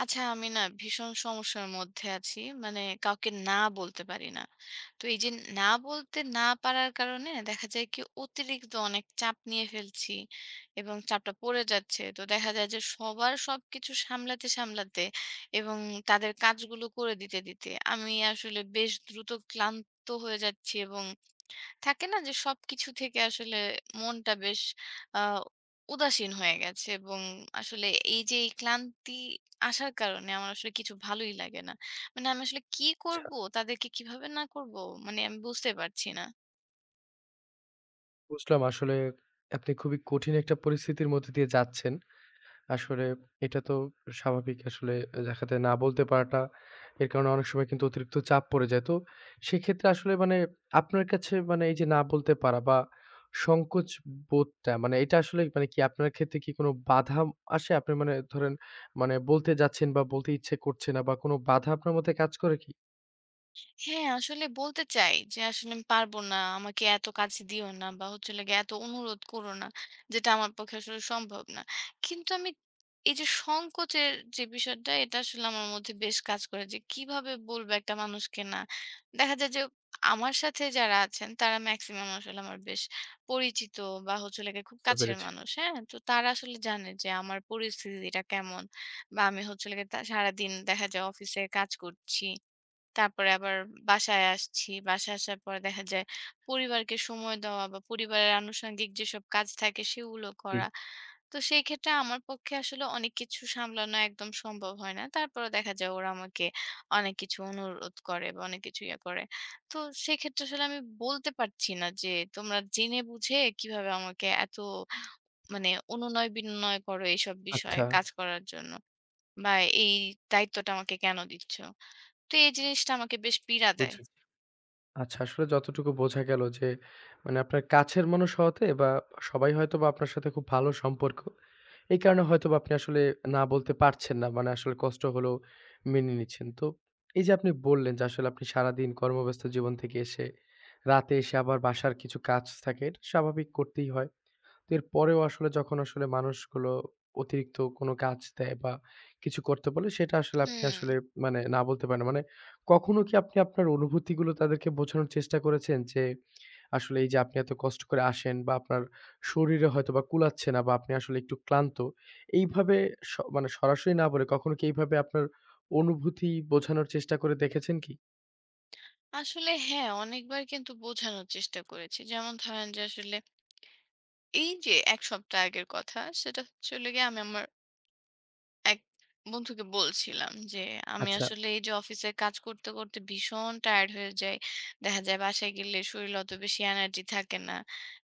আচ্ছা আমি না ভীষণ সমস্যার মধ্যে আছি। মানে কাউকে না বলতে পারি না। তো এই যে না বলতে না পারার কারণে দেখা যায় কি অতিরিক্ত অনেক চাপ নিয়ে ফেলছি এবং চাপটা পড়ে যাচ্ছে। তো দেখা যায় যে সবার সবকিছু সামলাতে, সামলাতে এবং তাদের কাজগুলো করে দিতে, দিতে আমি আসলে বেশ দ্রুত ক্লান্ত হয়ে যাচ্ছি এবং থাকে না যে সবকিছু থেকে আসলে মনটা বেশ আহ, উদাসীন হয়ে গেছে এবং আসলে এই যে এই ক্লান্তি আসার কারণে আমার আসলে কিছু ভালোই লাগে না। মানে আমি আসলে কি আচ্ছা, করব, তাদেরকে কিভাবে না করব, মানে আমি বুঝতে পারছি না। বুঝলাম আসলে আপনি খুবই কঠিন একটা পরিস্থিতির মধ্যে দিয়ে যাচ্ছেন। আসলে এটা তো স্বাভাবিক আসলে দেখা যায় না বলতে পারাটা, এর কারণে অনেক সময় কিন্তু অতিরিক্ত চাপ পড়ে যায়। তো সেক্ষেত্রে আসলে মানে আপনার কাছে মানে এই যে না বলতে পারা বা সংকোচ বোধটা মানে এটা আসলে মানে কি আপনার ক্ষেত্রে কি কোনো বাধা আসে? আপনি মানে ধরেন মানে বলতে যাচ্ছেন বা বলতে ইচ্ছে করছে না বা কোনো বাধা আপনার মধ্যে কাজ করে কি? হ্যাঁ, আসলে বলতে চাই যে, "আসলে আমি পারবো না। আমাকে এত কাজ দিও না বা হচ্ছে হলো গিয়ে এত অনুরোধ করো না। যেটা আমার পক্ষে আসলে সম্ভব না।" কিন্তু আমি এই যে সংকোচের যে বিষয়টা, এটা আসলে আমার মধ্যে বেশ কাজ করে যে কিভাবে বলবো একটা মানুষকে না? দেখা যায় যে আমার সাথে যারা আছেন তারা মেক্সিমাম আসলে আমার বেশ পরিচিত বা হচ্ছে হলো গিয়ে খুব বুঝতে কাছের পেরেছি। মানুষ, হ্যাঁ? তো তারা আসলে জানে যে আমার পরিস্থিতিটা কেমন বা আমি হচ্ছে হলো গিয়ে তা সারাদিন দেখা যায় অফিসে কাজ করছি। তারপরে আবার বাসায় আসছি। বাসায় আসার পর দেখা যায় পরিবারকে সময় দেওয়া বা পরিবারের আনুষঙ্গিক যেসব কাজ থাকে সেগুলো জি। করা। তো সেই ক্ষেত্রে আমার পক্ষে আসলে অনেক কিছু সামলানো একদম সম্ভব হয় না। তারপরেও দেখা যায় ওরা আমাকে অনেক কিছু অনুরোধ করে বা অনেক কিছু ইয়ে করে। তো সেক্ষেত্রে আসলে আমি বলতে পারছি না যে তোমরা জেনে বুঝে কিভাবে আমাকে এত মানে অনুনয় বিনয় করো এইসব বিষয়ে আচ্ছা, কাজ করার জন্য বা এই দায়িত্বটা আমাকে কেন দিচ্ছ? তো এই জিনিসটা আমাকে বেশ পীড়া দেয়। বুঝেছি। আচ্ছা, আসলে যতটুকু বোঝা গেল যে মানে আপনার কাছের মানুষ হওয়াতে বা সবাই হয়তোবা আপনার সাথে খুব ভালো সম্পর্ক। এই কারণে হয়তোবা আপনি আসলে না বলতে পারছেন না। মানে আসলে কষ্ট হলেও মেনে নিচ্ছেন। তো এই যে আপনি বললেন যে আসলে আপনি সারাদিন কর্মব্যস্ত জীবন থেকে এসে রাতে এসে আবার বাসার কিছু কাজ থাকে। এটা স্বাভাবিক করতেই হয়। তো এরপরেও আসলে যখন আসলে মানুষগুলো অতিরিক্ত কোনো কাজ দেয় বা কিছু করতে বলে সেটা আসলে আপনি হুম। আসলে মানে না বলতে পারেন না। মানে কখনো কি আপনি আপনার অনুভূতিগুলো তাদেরকে বোঝানোর চেষ্টা করেছেন যে, আসলে এই যে আপনি এত কষ্ট করে আসেন বা আপনার শরীরে হয়তোবা কুলাচ্ছে না বা আপনি আসলে একটু ক্লান্ত। এইভাবে মানে সরাসরি না বলে কখনো কি এইভাবে আপনার অনুভূতি বোঝানোর চেষ্টা করে দেখেছেন কি? আসলে হ্যাঁ, অনেকবার কিন্তু বোঝানোর চেষ্টা করেছি। যেমন ধরেন যে আসলে এই যে ১ সপ্তাহ আগের কথা, সেটা হচ্ছে হলো গিয়ে আমি আমার এক বন্ধুকে বলছিলাম যে, "আমি আচ্ছা, আসলে এই যে অফিসের কাজ করতে, করতে ভীষণ টায়ার্ড হয়ে যাই। দেখা যায় বাসায় গেলে শরীরে অত বেশি এনার্জি থাকে না।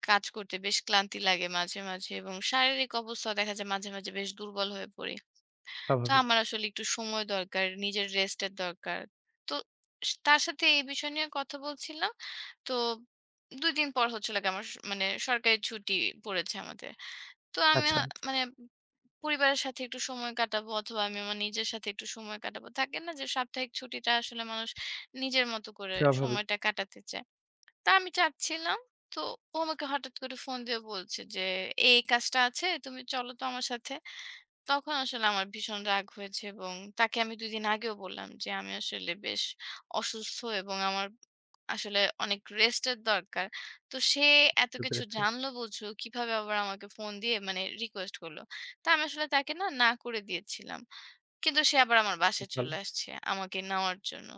কাজ করতে বেশ ক্লান্তি লাগে মাঝে, মাঝে এবং শারীরিক অবস্থাও দেখা যায় মাঝে, মাঝে বেশ দুর্বল হয়ে পড়ি। তো স্বাভাবিক। আমার আসলে একটু সময় দরকার, নিজের রেস্টের দরকার। তো তার সাথে এই বিষয় নিয়ে কথা বলছিলাম। তো ২ দিন পর হচ্ছে হলো গিয়ে আমার মানে সরকারি ছুটি পড়েছে আমাদের। তো আমি আচ্ছা, মানে পরিবারের সাথে একটু সময় কাটাবো অথবা আমি আমার নিজের সাথে একটু সময় কাটাবো। থাকে না যে সাপ্তাহিক ছুটিটা আসলে মানুষ নিজের মতো করে স্বাভাবিক। সময়টা কাটাতে চায়। তা আমি চাচ্ছিলাম। তো ও আমাকে হঠাৎ করে ফোন দিয়ে বলছে যে, "এই কাজটা আছে তুমি চলো তো আমার সাথে।" তখন আসলে আমার ভীষণ রাগ হয়েছে এবং তাকে আমি ২ দিন আগেও বললাম যে, "আমি আসলে বেশ অসুস্থ এবং আমার আসলে অনেক রেস্টের দরকার।" তো সে এত বুঝতে কিছু পেরেছি। জানলো বুঝলো, কিভাবে আবার আমাকে ফোন দিয়ে মানে রিকোয়েস্ট করলো। তা আমি আসলে তাকে না করে দিয়েছিলাম। কিন্তু সে আবার আমার বাসায় খুব চলে ভালো। আসছে আমাকে নেওয়ার জন্য।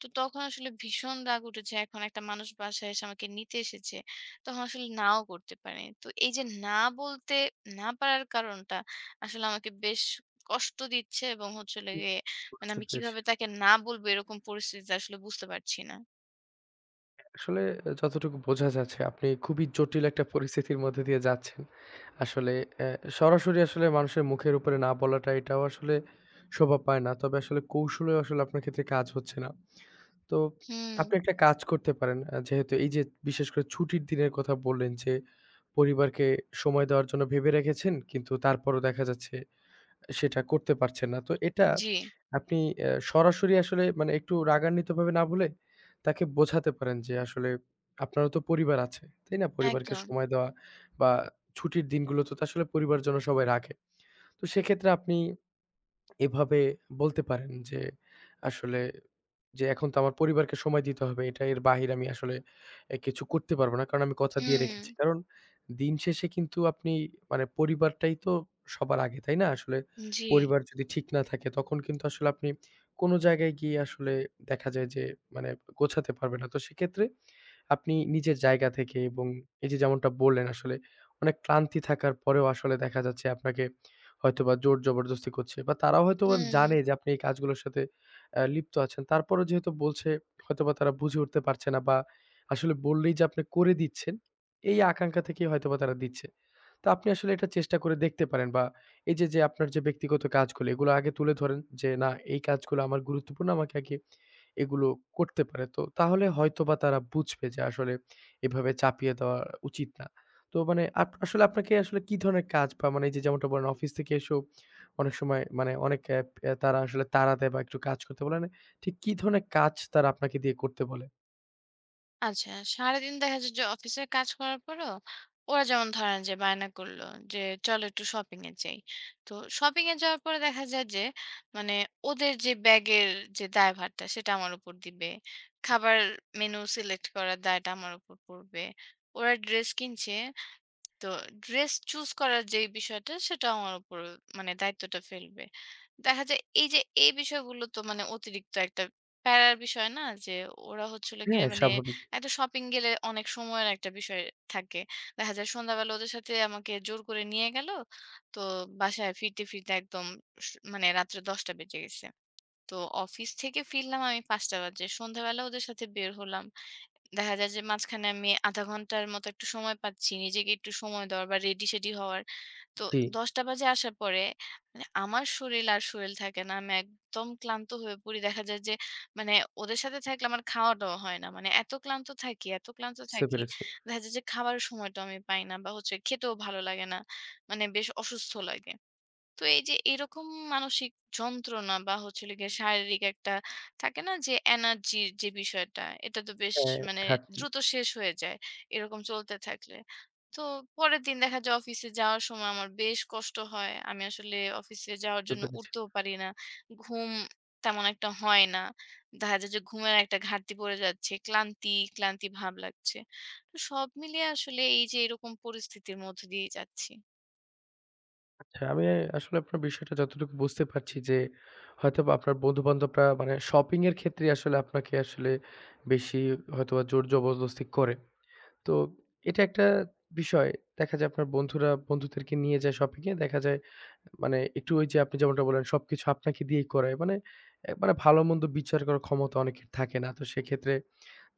তো তখন আসলে ভীষণ রাগ উঠেছে। এখন একটা মানুষ বাসায় এসে আমাকে নিতে এসেছে। তখন আসলে নাও করতে পারে। তো এই যে না বলতে না পারার কারণটা আসলে আমাকে বেশ কষ্ট দিচ্ছে এবং হচ্ছে হলো গিয়ে মানে বুঝতে আমি পেরেছি। কিভাবে তাকে না বলবো এরকম পরিস্থিতিতে আসলে বুঝতে পারছি না। আসলে যতটুকু বোঝা যাচ্ছে আপনি খুবই জটিল একটা পরিস্থিতির মধ্যে দিয়ে যাচ্ছেন। আসলে অ্যা সরাসরি আসলে মানুষের মুখের উপরে না বলাটা এটাও আসলে শোভা পায় না। তবে আসলে কৌশলেও আসলে আপনার ক্ষেত্রে কাজ হচ্ছে না। তো হুম। আপনি একটা কাজ করতে পারেন। যেহেতু এই যে বিশেষ করে ছুটির দিনের কথা বললেন যে পরিবারকে সময় দেওয়ার জন্য ভেবে রেখেছেন কিন্তু তারপরও দেখা যাচ্ছে সেটা করতে পারছেন না। তো এটা জি। আপনি সরাসরি আসলে মানে একটু রাগান্বিতভাবে না বলে তাকে বোঝাতে পারেন যে আসলে আপনারও তো পরিবার আছে, তাই না? পরিবারকে একদম। সময় দেওয়া বা ছুটির দিনগুলোতে তো আসলে পরিবারজন সবাই রাখে। তো সেক্ষেত্রে আপনি এভাবে বলতে পারেন যে আসলে যে এখন তো আমার পরিবারকে সময় দিতে হবে। এটা এর বাহিরে আমি আসলে কিছু করতে পারব না। কারণ আমি কথা দিয়ে হুম, রেখেছি। কারণ দিন শেষে কিন্তু আপনি মানে পরিবারটাই তো সবার আগে, তাই না? আসলে জি, পরিবার যদি ঠিক না থাকে তখন কিন্তু আসলে আপনি কোন জায়গায় গিয়ে আসলে দেখা যায় যে মানে গোছাতে পারবেন না। তো সেক্ষেত্রে আপনি নিজের জায়গা থেকে এবং এই যে যেমনটা বললেন আসলে অনেক ক্লান্তি থাকার পরেও আসলে দেখা যাচ্ছে আপনাকে হয়তোবা জোর জবরদস্তি করছে বা তারাও হয়তোবা জানে হুম। যে আপনি এই কাজগুলোর সাথে লিপ্ত আছেন। তারপরেও যেহেতু বলছে হয়তোবা তারা বুঝে উঠতে পারছে না বা আসলে বললেই যে আপনি করে দিচ্ছেন, এই আকাঙ্ক্ষা থেকেই হয়তোবা তারা দিচ্ছে। তো আপনি আসলে এটা চেষ্টা করে দেখতে পারেন বা এই যে, যে আপনার যে ব্যক্তিগত কাজগুলো এগুলো আগে তুলে ধরেন যে, "না এই কাজগুলো আমার গুরুত্বপূর্ণ। আমাকে আগে" এগুলো করতে পারে। তো তাহলে হয়তোবা তারা বুঝবে যে আসলে এভাবে চাপিয়ে দেওয়া উচিত না। তো মানে আসলে আপনাকে আসলে কি ধরনের কাজ বা মানে এই যে যেমনটা বলেন অফিস থেকে এসেও অনেক সময় মানে অনেক অ্যা অ্যা তারা আসলে তাড়া দেয় বা একটু কাজ করতে বলে না, ঠিক কি ধরনের কাজ তারা আপনাকে দিয়ে করতে বলে? আচ্ছা, সারাদিন দেখা যায় যে অফিসের কাজ করার পরও ওরা যেমন ধরেন যে বায়না করলো যে চলো একটু শপিং এ যাই। তো শপিং এ যাওয়ার পরে দেখা যায় যে মানে ওদের যে ব্যাগের যে দায়ভারটা সেটা আমার উপর দিবে। খাবার মেনু সিলেক্ট করার দায়টা আমার উপর পড়বে। ওরা ড্রেস কিনছে, তো ড্রেস চুজ করার যে বিষয়টা সেটা আমার উপর মানে দায়িত্বটা ফেলবে। দেখা যায় এই যে এই বিষয়গুলো তো মানে অতিরিক্ত একটা প্যারার বিষয় না? যে ওরা হচ্ছে হলো গিয়ে হ্যাঁ, মানে স্বাভাবিক। একটা শপিং গেলে অনেক সময়ের একটা বিষয় থাকে। দেখা যায় সন্ধ্যাবেলা ওদের সাথে আমাকে জোর করে নিয়ে গেল। তো বাসায় ফিরতে, ফিরতে একদম মানে রাত্রে ১০ঃ০০ বেজে গেছে। তো অফিস থেকে ফিরলাম আমি ৫ঃ০০ বাজে। সন্ধ্যাবেলা ওদের সাথে বের হলাম। দেখা যায় যে মাঝখানে আমি ০.৫ ঘন্টার মতো একটু সময় পাচ্ছি নিজেকে একটু সময় দেওয়ার বা রেডি-সেডি হওয়ার। তো জি, ১০টা বাজে আসার পরে মানে আমার শরীর আর শরীর থাকে না। আমি একদম ক্লান্ত হয়ে পড়ি। দেখা যায় যে মানে ওদের সাথে থাকলে আমার খাওয়া-দাওয়া হয় না। মানে এত ক্লান্ত থাকি, এত ক্লান্ত বুঝতে থাকি। পেরেছি। দেখা যায় যে খাবারের সময়টাও আমি পাই না বা হচ্ছে খেতেও ভালো লাগে না। মানে বেশ অসুস্থ লাগে। তো এই যে এরকম মানসিক যন্ত্রণা বা হচ্ছে হলো গিয়ে শারীরিক একটা থাকে না যে এনার্জির যে বিষয়টা এটা তো বেশ হ্যাঁ, মানে ঘাটতি দ্রুত শেষ হয়ে যায় এরকম চলতে থাকলে। তো পরের দিন দেখা যায় অফিসে যাওয়ার সময় আমার বেশ কষ্ট হয়, আমি আসলে অফিসে যাওয়ার বুঝতে জন্য পেরেছি। উঠতেও পারি না। ঘুম তেমন একটা হয় না, দেখা যায় যে ঘুমের একটা ঘাটতি পড়ে যাচ্ছে, ক্লান্তি ক্লান্তি ভাব লাগছে। তো সব মিলিয়ে আসলে এই যে এরকম পরিস্থিতির মধ্যে দিয়ে যাচ্ছি। হ্যাঁ, আমি আসলে আপনার বিষয়টা যতটুকু বুঝতে পারছি যে, হয়তোবা আপনার বন্ধু-বান্ধবরা মানে শপিং এর ক্ষেত্রে আসলে আপনাকে আসলে বেশি হয়তোবা জোর জবরদস্তি করে। তো এটা একটা বিষয়। দেখা যায় আপনার বন্ধুরা বন্ধুদেরকে নিয়ে যায় শপিং এ। দেখা যায় মানে একটু ওই যে আপনি যেমনটা বললেন সবকিছু আপনাকে দিয়েই করায়। মানে, মানে ভালো-মন্দ বিচার করার ক্ষমতা অনেকের থাকে না। তো সেক্ষেত্রে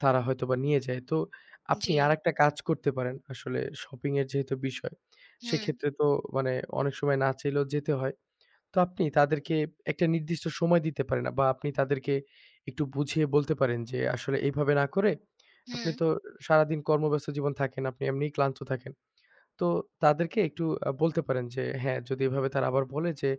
তারা হয়তোবা নিয়ে যায়। তো জি। আপনি আরেকটা কাজ করতে পারেন। আসলে শপিং এর যেহেতু বিষয়, হুম। সেক্ষেত্রে তো মানে অনেক সময় না চাইলেও যেতে হয়। তো আপনি তাদেরকে একটা নির্দিষ্ট সময় দিতে পারেন বা আপনি তাদেরকে একটু বুঝিয়ে বলতে পারেন যে আসলে এইভাবে না করে আপনি হুম। তো সারাদিন কর্মব্যস্ত জীবন থাকেন, আপনি এমনিই ক্লান্ত থাকেন। তো তাদেরকে একটু বলতে পারেন যে হ্যাঁ, যদি এভাবে তারা আবার বলে যে,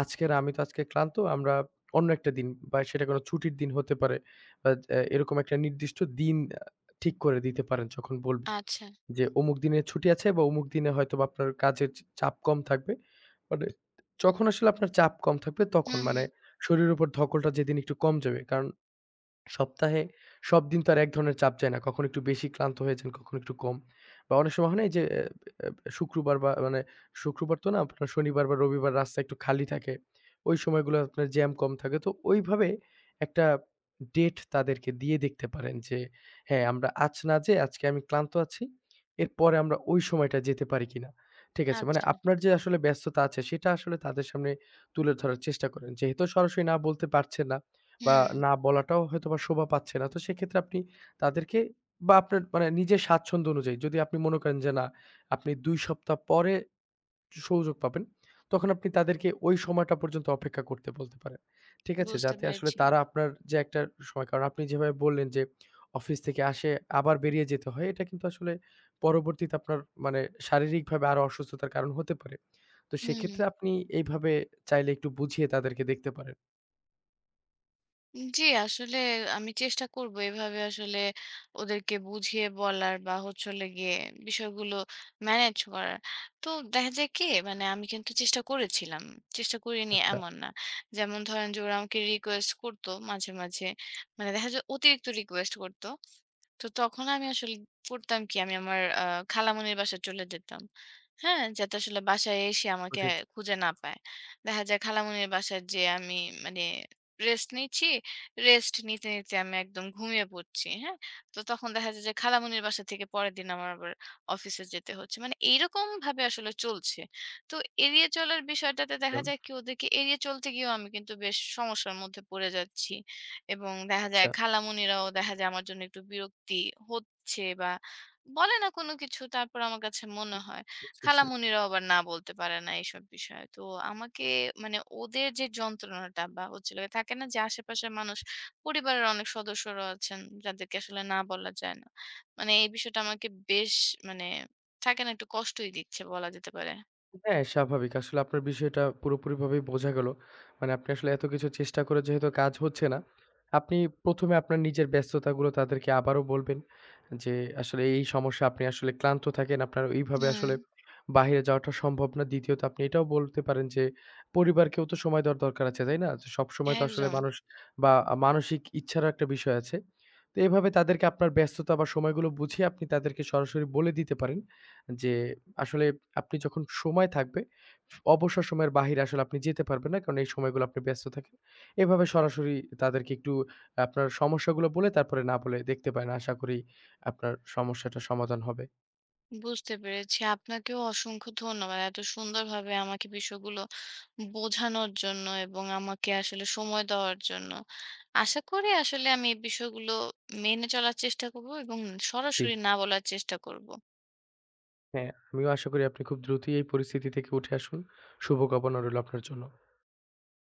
"আজকের আমি তো আজকে ক্লান্ত, আমরা অন্য একটা দিন" বা সেটা কোনো ছুটির দিন হতে পারে। বা এরকম একটা নির্দিষ্ট দিন আ ঠিক করে দিতে পারেন যখন বলবে আচ্ছা। যে, "অমুক দিনে ছুটি আছে বা অমুক দিনে হয়তোবা আপনার কাজের চাপ কম থাকবে।" মানে যখন আসলে আপনার চাপ কম থাকবে তখন হুম, মানে হুম। শরীরের উপর ধকলটা যেদিন একটু কম যাবে। কারণ সপ্তাহে সবদিন তো আর এক ধরনের চাপ যায় না। কখনো একটু বেশি ক্লান্ত হয়ে যান, কখনো একটু কম। বা অনেক সময় হয় না এই যে অ্যা অ্যা শুক্রবার বা মানে শুক্রবার তো না আপনার শনিবার বা রবিবার রাস্তা একটু খালি থাকে। ওই সময়গুলো আপনার জ্যাম কম থাকে। তো ওইভাবে একটা ডেট তাদেরকে দিয়ে দেখতে পারেন যে, হ্যাঁ, আমরা আজ না যেয়ে আজকে আমি ক্লান্ত আছি। এরপরে আমরা ওই সময়টা যেতে পারি কিনা। ঠিক আছে? মানে আচ্ছা। আপনার যে আসলে ব্যস্ততা আছে সেটা আসলে তাদের সামনে তুলে ধরার চেষ্টা করেন। যেহেতু সরাসরি না বলতে পারছেন না বা হুম। না বলাটাও হয়তোবা শোভা পাচ্ছে না। তো সেক্ষেত্রে আপনি তাদেরকে বা আপনার মানে নিজের স্বাচ্ছন্দ্য অনুযায়ী যদি আপনি মনে করেন যে না, আপনি ২ সপ্তাহ পরে সুযোগ পাবেন, তখন আপনি তাদেরকে ওই সময়টা পর্যন্ত অপেক্ষা করতে বলতে পারেন। ঠিক আছে? বুঝতে যাতে আসলে পেরেছি। তারা আপনার যে একটা সময় কারণ আপনি যেভাবে বললেন যে অফিস থেকে আসে আবার বেরিয়ে যেতে হয়, এটা কিন্তু আসলে পরবর্তীতে আপনার মানে শারীরিকভাবে আরো অসুস্থতার কারণ হতে পারে। তো হুম। সেক্ষেত্রে আপনি এইভাবে চাইলে একটু বুঝিয়ে তাদেরকে দেখতে পারেন। জি, আসলে আমি চেষ্টা করব এভাবে আসলে ওদেরকে বুঝিয়ে বলার বা হচ্ছে হলো গিয়ে বিষয়গুলো ম্যানেজ করার। তো দেখা যায় কি মানে আমি কিন্তু চেষ্টা করেছিলাম। চেষ্টা করিনি আচ্ছা, এমন না। যেমন ধরেন যে ওরা আমাকে রিকোয়েস্ট করতো মাঝে, মাঝে। মানে দেখা যায় অতিরিক্ত রিকোয়েস্ট করত। তো তখন আমি আসলে করতাম কি আমি আমার খালামণির বাসায় চলে যেতাম। হ্যাঁ? যাতে আসলে বাসায় এসে আমাকে বুঝেছি, খুঁজে না পায়। দেখা যায় খালামণির বাসায় যেয়ে আমি মানে রেস্ট নিচ্ছি, রেস্ট নিতে, নিতে আমি একদম ঘুমিয়ে পড়ছি। হ্যাঁ? তো তখন দেখা যায় যে খালামণির বাসা থেকে পরের দিন আমার আবার অফিসে যেতে হচ্ছে। মানে এইরকমভাবে আসলে চলছে। তো এড়িয়ে চলার বিষয়টাতে দেখা বুঝলাম। যায় কি ওদেরকে এড়িয়ে চলতে গিয়েও আমি কিন্তু বেশ সমস্যার মধ্যে পড়ে যাচ্ছি। এবং দেখা আচ্ছা। যায় খালামণিরাও দেখা যায় আমার জন্য একটু বিরক্তি হচ্ছে বা বলে না কোনো কিছু তারপর আমার কাছে মনে হয়। বুঝেছি। খালামণিরাও আবার না বলতে পারে না এইসব বিষয়ে। তো আমাকে মানে ওদের যে যন্ত্রণাটা বা হচ্ছিল থাকে না যে আশেপাশের মানুষ, পরিবারের অনেক সদস্যরা আছেন যাদেরকে আসলে না বলা যায় না। মানে এই বিষয়টা আমাকে বেশ মানে থাকে না একটু কষ্টই দিচ্ছে বলা যেতে পারে। হ্যাঁ, স্বাভাবিক। আসলে আপনার বিষয়টা পুরোপুরিভাবেই বোঝা গেল। মানে আপনি আসলে এত কিছু চেষ্টা করে যেহেতু কাজ হচ্ছে না, আপনি ১ম এ আপনার নিজের ব্যস্ততাগুলো তাদেরকে আবারও বলবেন যে, আসলে এই সমস্যা আপনি আসলে ক্লান্ত থাকেন। আপনার এইভাবে হুম, আসলে বাহিরে যাওয়াটা সম্ভব না। দ্বিতীয়ত আপনি এটাও বলতে পারেন যে, পরিবারকেও তো সময় দেওয়ার দরকার আছে, তাই না? যে সবসময় তো আসলে একদম। মানুষ বা মানসিক ইচ্ছারও একটা বিষয় আছে। তো এভাবে তাদেরকে আপনার ব্যস্ততা বা সময়গুলো বুঝিয়ে আপনি তাদেরকে সরাসরি বলে দিতে পারেন। যে আসলে আপনি যখন সময় থাকবে, অবসর সময়ের বাহিরে আসলে আপনি যেতে পারবেন না। কারণ এই সময়গুলো আপনি ব্যস্ত থাকেন। এভাবে সরাসরি তাদেরকে একটু আপনার সমস্যাগুলো বলে তারপরে না বলে দেখতে পারেন। আশা করি আপনার সমস্যাটা সমাধান হবে। বুঝতে পেরেছি। আপনাকেও অসংখ্য ধন্যবাদ, এত সুন্দরভাবে আমাকে বিষয়গুলো বোঝানোর জন্য এবং আমাকে আসলে সময় দেওয়ার জন্য। আশা করি আসলে আমি এই বিষয়গুলো মেনে চলার চেষ্টা করব এবং জি। সরাসরি না বলার চেষ্টা করব। হ্যাঁ, আমিও আশা করি আপনি খুব দ্রুতই এই পরিস্থিতি থেকে উঠে আসুন। শুভকামনা রইল আপনার জন্য।